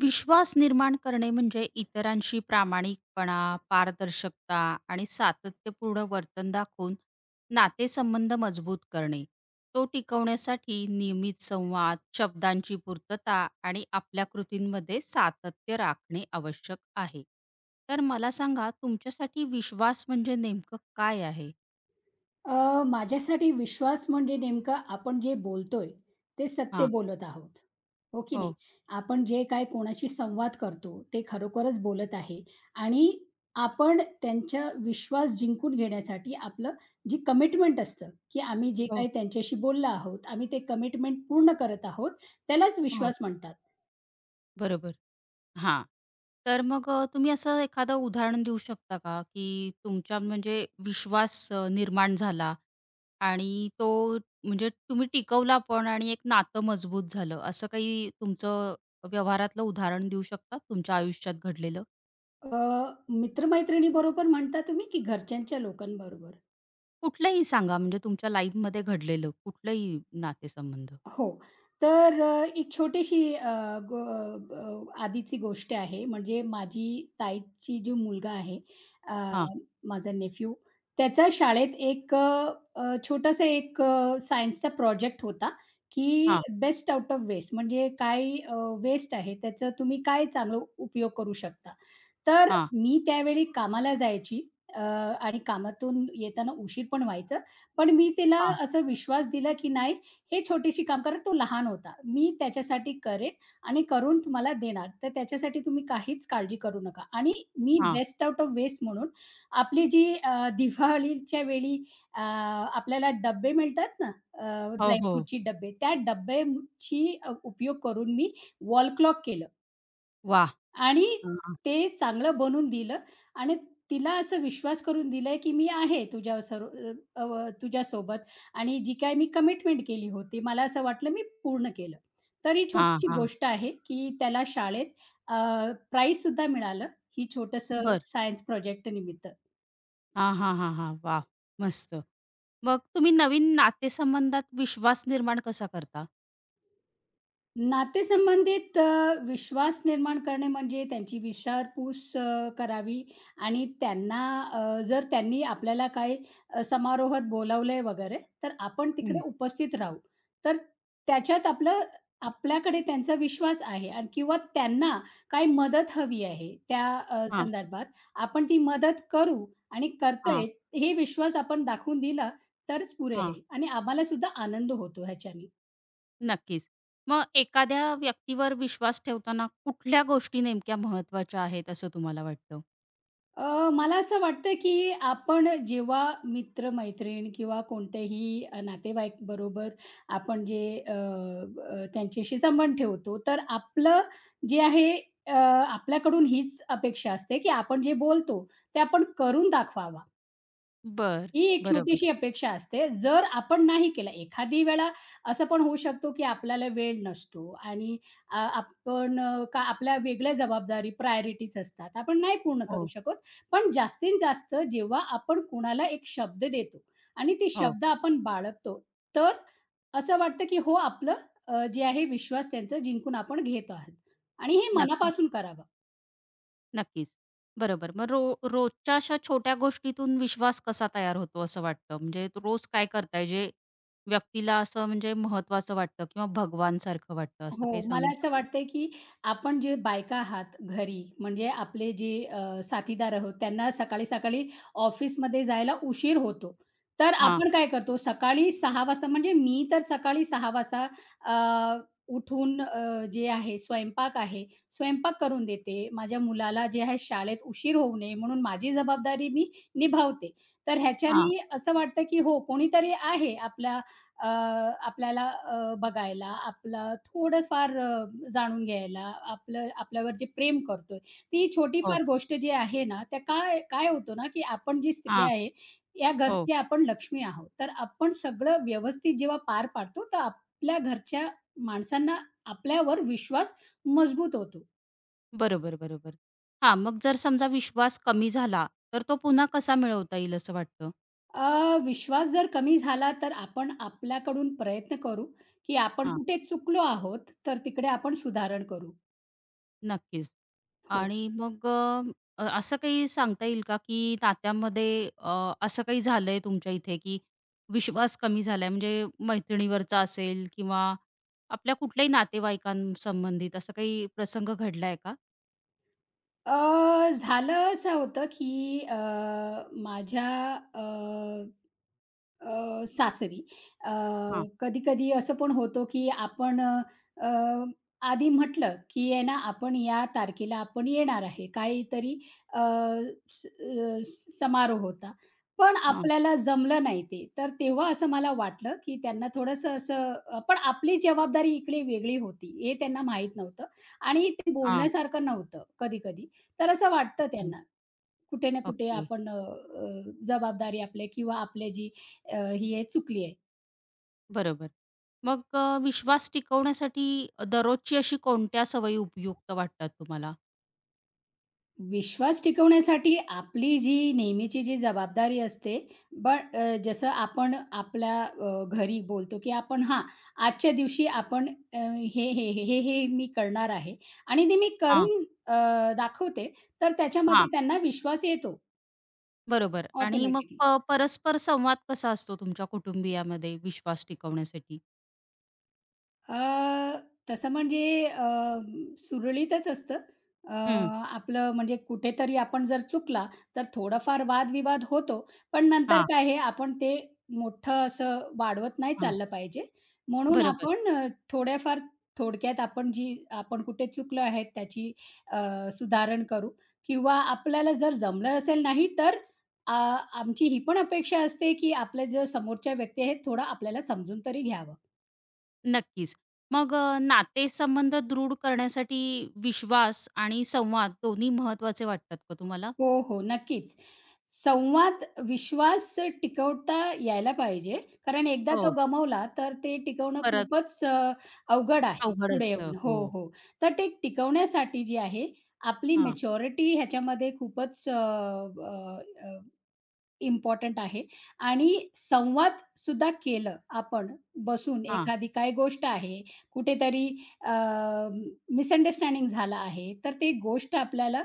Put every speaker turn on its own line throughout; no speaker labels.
विश्वास निर्माण करणे म्हणजे इतरांशी प्रामाणिकपणा, पारदर्शकता आणि सातत्यपूर्ण वर्तन दाखवून नातेसंबंध मजबूत करणे. तो टिकवण्यासाठी नियमित संवाद, शब्दांची पूर्तता आणि आपल्या कृतींमध्ये सातत्य राखणे आवश्यक आहे. तर मला सांगा तुमच्यासाठी विश्वास म्हणजे नेमकं काय आहे?
माझ्यासाठी विश्वास म्हणजे नेमकं आपण जे बोलतोय, ते सत्य
हां.
बोलत आहोत. हो की नाही?
हो.
आपण जे काय कोणाशी संवाद करतो, ते खरोखरच बोलत आहे आणि आपण त्यांच्या विश्वास जिंकून घेण्यासाठी आपलं जी कमिटमेंट असतं, की आम्ही जे
हो,
काही त्यांच्याशी बोललो आहोत, आम्ही ते कमिटमेंट पूर्ण करत आहोत, त्यालाच
हो.
विश्वास म्हणतात.
बरोबर. हां. तर मग तुम्ही असं एखादं उदाहरण देऊ शकता का, की तुमच्या म्हणजे विश्वास निर्माण झाला आणि तो म्हणजे तुम्ही टिकवला पण आणि एक नातं मजबूत झालं, असं काही तुमचं व्यवहारातलं उदाहरण देऊ शकता तुमच्या आयुष्यात घडलेलं?
अ, मित्र म्हणता तुम्ही की घरच्यांच्या लोकांबरोबर?
कुठलंही सांगा म्हणजे तुमच्या लाईफमध्ये घडलेलं कुठलंही नातेसंबंध?
हो. तर एक छोटीशी आधीची गोष्ट आहे. म्हणजे माझी ताईची जो मुलगा आहे, अ,
हां,
माझा नेफ्यू, त्याचा शाळेत एक छोटासा सायन्सचा प्रोजेक्ट होता, की
हां,
बेस्ट आउट ऑफ वेस्ट म्हणजे काय वेस्ट आहे त्याचा तुम्ही काय चांगला उपयोग करू शकता. तर
हां,
मी त्यावेळी कामाला जायची आणि कामातून येताना उशीर पण व्हायचा. पण मी तिला
हां,
असा विश्वास दिला, की नाही हे छोटीशी काम कारण तो लहान होता. मी त्याच्यासाठी करेन आणि करून तुम्हाला देणार. तर त्याच्यासाठी तुम्ही काहीच काळजी करू नका. आणि मी
हां.
बेस्ट आउट ऑफ वेस्ट म्हणून आपली जी दिवाळीच्या वेळी आपल्याला डब्बे मिळतात ना अ,
हो, हो.
डब्बे, त्या डब्याची उपयोग करून मी वॉल क्लॉक केलं.
वाह!
आणि
हां,
ते चांगलं बनवून दिलं आणि तिला असा विश्वास करून दिलाय, की मी आहे तुझ्या सर्व अ, तुझ्यासोबत आणि जी काही मी कमिटमेंट केली होती, मला असं वाटलं मी पूर्ण केलं. तर ही
हां,
छोटीशी
हां.
गोष्ट आहे, की त्याला शाळेत सुद्धा मिळालं, ही छोटंसं
बरं.
सायन्स प्रोजेक्ट निमित्त.
हां, हां, हां, हां. वाह! मस्त. मग तुम्ही नवीन नातेसंबंधात विश्वास निर्माण कसा करता?
नातेसंबंधित विश्वास निर्माण करणे म्हणजे त्यांची विचारपूस करावी आणि त्यांना जर त्यांनी आपल्याला काही समारोहात बोलावलंय वगैरे, तर आपण तिकडे
हं.
उपस्थित राहू. तर त्याच्यात आपलं आपल्याकडे त्यांचा विश्वास आहे आणि किंवा त्यांना काही मदत हवी आहे त्या
हां,
संदर्भात आपण ती मदत करू आणि करतोय
हां,
हे विश्वास आपण दाखवून दिला तरच पुरे
हां.
आहे आणि आम्हालासुद्धा आनंद होतो ह्याच्याने.
नक्कीच. मग एखाद्या व्यक्तीवर विश्वास ठेवताना कुठल्या गोष्टी नेमक्या महत्त्वाच्या आहेत असं तुम्हाला वाटतं?
मला असं वाटतं की आपण जेव्हा मित्र-मैत्रीण किंवा कोणत्याही नातेवाईक बरोबर आपण जे अ, अ, त्यांच्याशी संबंध ठेवतो, तर आपलं जे आहे आपल्याकडून हीच अपेक्षा असते की आपण जे बोलतो, ते आपण करून दाखवावा.
बरं.
ही एक छोटीशी
बरोबर.
अपेक्षा असते. जर आपण नाही केलं, एखादी वेळा असं पण होऊ शकतो, की आपल्याला वेळ नसतो आणि आपण का आपल्या वेगळ्या जबाबदारी, प्रायोरिटीज असतात. आपण नाही पूर्ण करू
हो,
शकत. पण जास्तीत जास्त जेव्हा आपण कुणाला एक शब्द देतो आणि ते
हो.
शब्द आपण बाळगतो, तर असं वाटतं, की हो आपलं जे आहे विश्वास त्यांचा जिंकून आपण घेत आहात आणि हे
नक्कीच,
मनापासून करावं.
नक्कीच. बरोबर. मग रोजच्या अशा छोट्या गोष्टीतून विश्वास कसा तयार होतो असं वाटतं? म्हणजे रोज काय करताय जे व्यक्तीला असं म्हणजे महत्त्वाचं वाटतं किंवा भगवानसारखं वाटतं असं
हो,
काही सांगू
मला असं
शकाल?
वाटतंय, की आपण जे बायका आहात घरी, म्हणजे आपले जे साथीदार आहोत, त्यांना सकाळी-सकाळी ऑफिसमध्ये जायला उशीर होतो. तर
हां,
आपण काय करतो, सकाळी 6 वाजता म्हणजे मी तर सकाळी 6 वाजता अ, उठून जे आहे स्वयंपाक आहे, स्वयंपाक करून देते. माझ्या मुलाला जे आहे शाळेत उशीर होऊ नये म्हणून माझी जबाबदारी मी निभावते. तर
हां.
ह्याच्याने असं वाटतं, की हो कोणीतरी आहे आपला अ, आपल्याला बघायला, आपलं थोडंफार जाणून घ्यायला, आपलं आपल्यावर जे प्रेम करतोय, ती छोटी
हो.
फार गोष्ट जी आहे ना, त्या काय काय होतं ना, की आपण जी स्त्री
हां.
आहे, या
हो.
घरची आपण लक्ष्मी आहोत. तर आपण सगळं व्यवस्थित जेव्हा पार पाडतो, तर आपल्या घरच्या माणसांना आपल्यावर विश्वास मजबूत होतो.
बरोबर, बरोबर. हां, मग जर समजा विश्वास कमी झाला, तर तो पुन्हा कसा मिळवता येईल असं वाटतं?
विश्वास जर कमी झाला, तर आपण आपल्याकडून प्रयत्न करू, की आपण
हां,
कुठे चुकलो आहोत, तर तिकडे आपण सुधारण करू.
नक्कीच.
हो.
आणि मग असं काही सांगता येईल का, की नात्यामध्ये असं काही झालंय तुमच्या इथे, की विश्वास कमी झालाय? म्हणजे मैत्रिणीवरचा असेल किंवा आपल्या कुठल्याही नातेवाईकांसंबंधित असा काही प्रसंग घडलाय का?
अ, झालं असं होतं, की माझ्या अ, अ, सासरी.
हां,
कधी-कधी असं पण होतो की आपण अ, अ, आधी म्हटलं, की आहे ना, आपण या तारखेला आपण येणार आहे. काहीतरी अ, स अ, समारोह होता. पण
हां,
आपल्याला जमलं नाही ते. तर तेव्हा असं मला वाटलं, की त्यांना थोडंसं असं पण आपली जबाबदारी इकडे वेगळी होती, हे त्यांना माहीत नव्हतं आणि ते
हां.
बोलण्यासारखं नव्हतं कधी-कधी. तर असं वाटतं त्यांना, कुठे ना कुठे
ओके.
आपण अ, अ, जबाबदारी आपले किंवा आपले जी ही आहे चुकली आहे.
बरोबर. मग विश्वास टिकवण्यासाठी दररोजची अशी कोणत्या सवयी उपयुक्त वाटतात तुम्हाला?
विश्वास टिकवण्यासाठी आपली जी नेहमीची जी जबाबदारी असते, बट जसं आपण आपल्या घरी बोलतो, की आपण हां, आजच्या दिवशी आपण हे, मी करणार आहे आणि ते मी
हां,
करून दाखवते, तर त्याच्यामध्ये
हां.
त्यांना विश्वास येतो
बरोबर आणि मग
ऑटोमॅटिकली.
परस्पर संवाद कसा असतो तुमच्या कुटुंबियामध्ये विश्वास टिकवण्यासाठी?
अ, तसं म्हणजे अ, सुरळीतच असतं. अ,
हं.
आपलं म्हणजे कुठेतरी आपण जर चुकला, तर थोडाफार वादविवाद होतो. पण नंतर
हां,
काय आहे, आपण ते मोठं असं वाढवत नाही
हां.
चाललं पाहिजे. म्हणून
बरोबर.
आपण थोड्याफार थोडक्यात आपण जी आपण कुठे चुकलो आहे त्याची अ, सुधारण करू किंवा आपल्याला जर जमलं असेल नाही, तर अ, आमची ही पण अपेक्षा असते, की आपले जे समोरच्या व्यक्ती आहेत, थोडं आपल्याला समजून तरी घ्यावं.
नक्कीच. मग नातेसंबंध दृढ करण्यासाठी विश्वास आणि संवाद दोन्ही महत्त्वाचे वाटतात का तुम्हाला?
हो, हो. नक्कीच. संवाद, विश्वास टिकवता यायला पाहिजे. कारण एकदा तो
हो.
गमावला, तर ते टिकवणं
परत
खूपच अवघड आहे
अवघड
पुढे
असतं.
येऊन. हो,
हो.
हो. तर ते टिकवण्यासाठी जी आहे, आपली
हां,
मॅच्युरिटी ह्याच्यामध्ये खूपच अ, अ, आहे आणि संवादसुद्धा केलं आपण बसून
हां.
एखादी काय गोष्ट आहे, कुठेतरी मिसअंडरस्टँडिंग झालं आहे, तर ती गोष्ट आपल्याला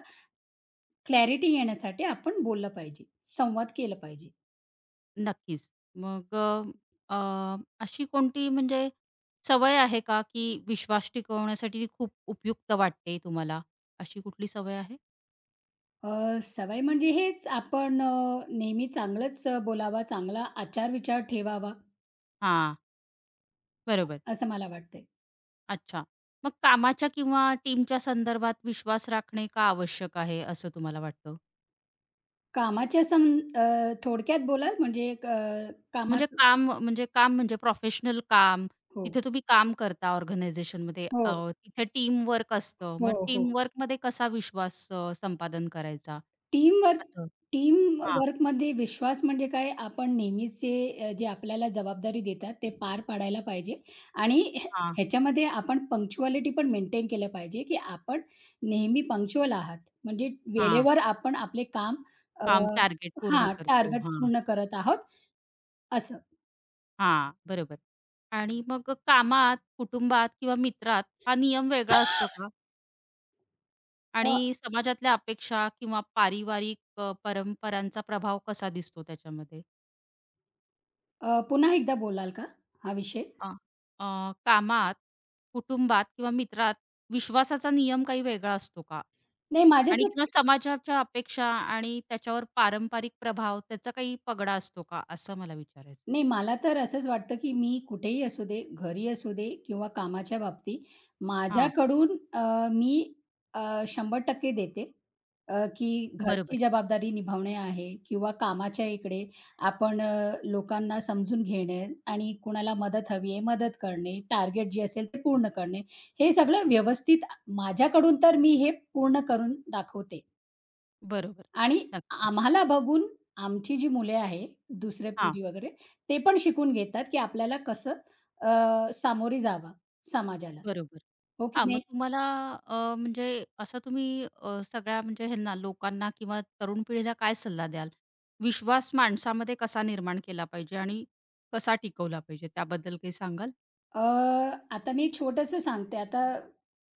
क्लॅरिटी येण्यासाठी आपण बोललं पाहिजे, संवाद केलं पाहिजे.
नक्कीच. मग अ, अ, अशी कोणती म्हणजे सवय आहे का, की विश्वास टिकवण्यासाठी ती खूप उपयुक्त वाटते तुम्हाला? अशी कुठली सवय आहे?
सवय म्हणजे हेच आपण नेहमी चांगलंच बोलावा, चांगला आचार-विचार ठेवावा,
हां, बरोबर.
असं मला वाटतंय.
अच्छा. मग कामाच्या किंवा टीमच्या संदर्भात विश्वास राखणे का आवश्यक आहे, असं तुम्हाला वाटतं?
कामाच्या सं थोडक्यात बोलाल म्हणजे
म्हणजे
कामात
काम म्हणजे प्रोफेशनल काम,
हो,
तिथे तुम्ही काम करता ऑर्गनायझेशनमध्ये,
हो,
तिथे टीमवर्क असतं. मग
हो, हो.
टीमवर्कमध्ये कसा विश्वास संपादन करायचा?
टीमवर्क
असं.
टीम
हां,
वर्कमध्ये विश्वास म्हणजे काय, आपण नेहमीचे जे आपल्याला जबाबदारी देतात, ते पार पाडायला पाहिजे आणि ह्या
हां.
ह्याच्यामध्ये आपण पंक्च्युअलिटी पण मेंटेन केलं पाहिजे, की आपण नेहमी पंक्च्युअल आहात. म्हणजे
हां,
वेळेवर आपण आपले काम अ,
काम टार्गेट पूर्ण
हां,
करतो.
टार्गेट
हां,
पूर्ण करत आहोत असं.
हां, बरोबर. आणि मग कामात, कुटुंबात किंवा मित्रात हा नियम वेगळा असतो का?
अ,
आणि समाजातल्या अपेक्षा किंवा पारिवारिक परंपरांचा प्रभाव कसा दिसतो त्याच्यामध्ये?
अ, पुन्हा एकदा बोलाल का हा विषय?
हां. अ, कामात, कुटुंबात किंवा मित्रात विश्वासाचा नियम काही वेगळा असतो का?
नाही
आणि किंवा
माझ्यासाठी
समाजाच्या अपेक्षा आणि त्याच्यावर पारंपरिक प्रभाव त्याचा काही पगडा असतो का? असं मला विचारायचंय.
नाही, मला तर असंच वाटतं, की मी कुठेही असू दे, घरी असू दे किंवा कामाच्या बाबतीत
हां,
माझ्याकडून मी 100% देते. की घरची
बरोबर,
जबाबदारी निभावणे आहे किंवा कामाच्या इकडे आपण लोकांना समजून घेणे आणि कुणाला मदत हवी आहे, मदत करणे, टार्गेट जे असेल ते पूर्ण करणे. हे सगळं व्यवस्थित माझ्याकडून तर मी हे पूर्ण करून दाखवते.
बरोबर.
आणि
नक्कीच.
आम्हाला बघून आमची जी मुले आहे, दुसऱ्या
हां,
पिढी वगैरे, ते पण शिकून घेतात, की आपल्याला कसं सामोरे जावं समाजाला,
बरोबर.
हो की
हां, मग
नाही?
तुम्हाला म्हणजे असा तुम्ही सगळ्या म्हणजे ह्यांना लोकांना किंवा तरुण पिढीला काय सल्ला द्याल? विश्वास माणसामध्ये कसा निर्माण केला पाहिजे आणि कसा टिकवला पाहिजे त्याबद्दल काही सांगाल?
अ, आता मी एक छोटंसं सांगते. आता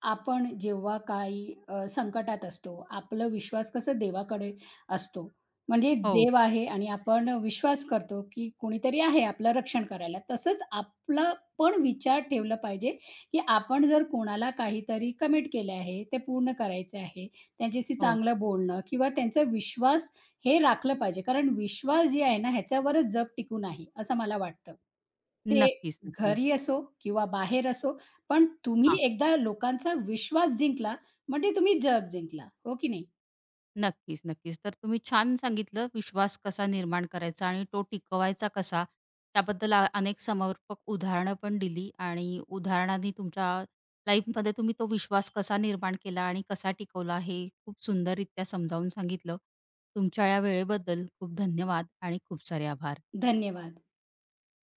आपण जेव्हा काही संकटात असतो, आपलं विश्वास कसं देवाकडे असतो. म्हणजे
हो,
देव आहे आणि आपण विश्वास करतो, की कोणीतरी आहे आपलं रक्षण करायला. तसंच आपला पण विचार ठेवला पाहिजे, की आपण जर कोणाला काहीतरी कमिट केले आहे, ते पूर्ण करायचे आहे. त्यांच्याशी
हो.
चांगलं बोलणं किंवा त्यांचा विश्वास हे राखलं पाहिजे. कारण विश्वास जे आहे ना, ह्याच्यावरच जग टिकून आहे, असं मला वाटतं. ते
नक्कीच, नक्कीच.
घरी असो किंवा बाहेर असो, पण तुम्ही
हां.
एकदा लोकांचा विश्वास जिंकला, म्हणजे तुम्ही जग जिंकला. हो की नाही?
नक्कीच, नक्कीच. तर तुम्ही छान सांगितलं विश्वास कसा निर्माण करायचा आणि तो टिकवायचा कसा, त्याबद्दल अनेक समर्पक उदाहरणं पण दिली आणि उदाहरणांनी तुमच्या लाईफमध्ये तुम्ही तो विश्वास कसा निर्माण केला आणि कसा टिकवला हे खूप सुंदररित्या समजावून सांगितलं. तुमच्या या वेळेबद्दल खूप धन्यवाद आणि खूप सारे आभार.
धन्यवाद.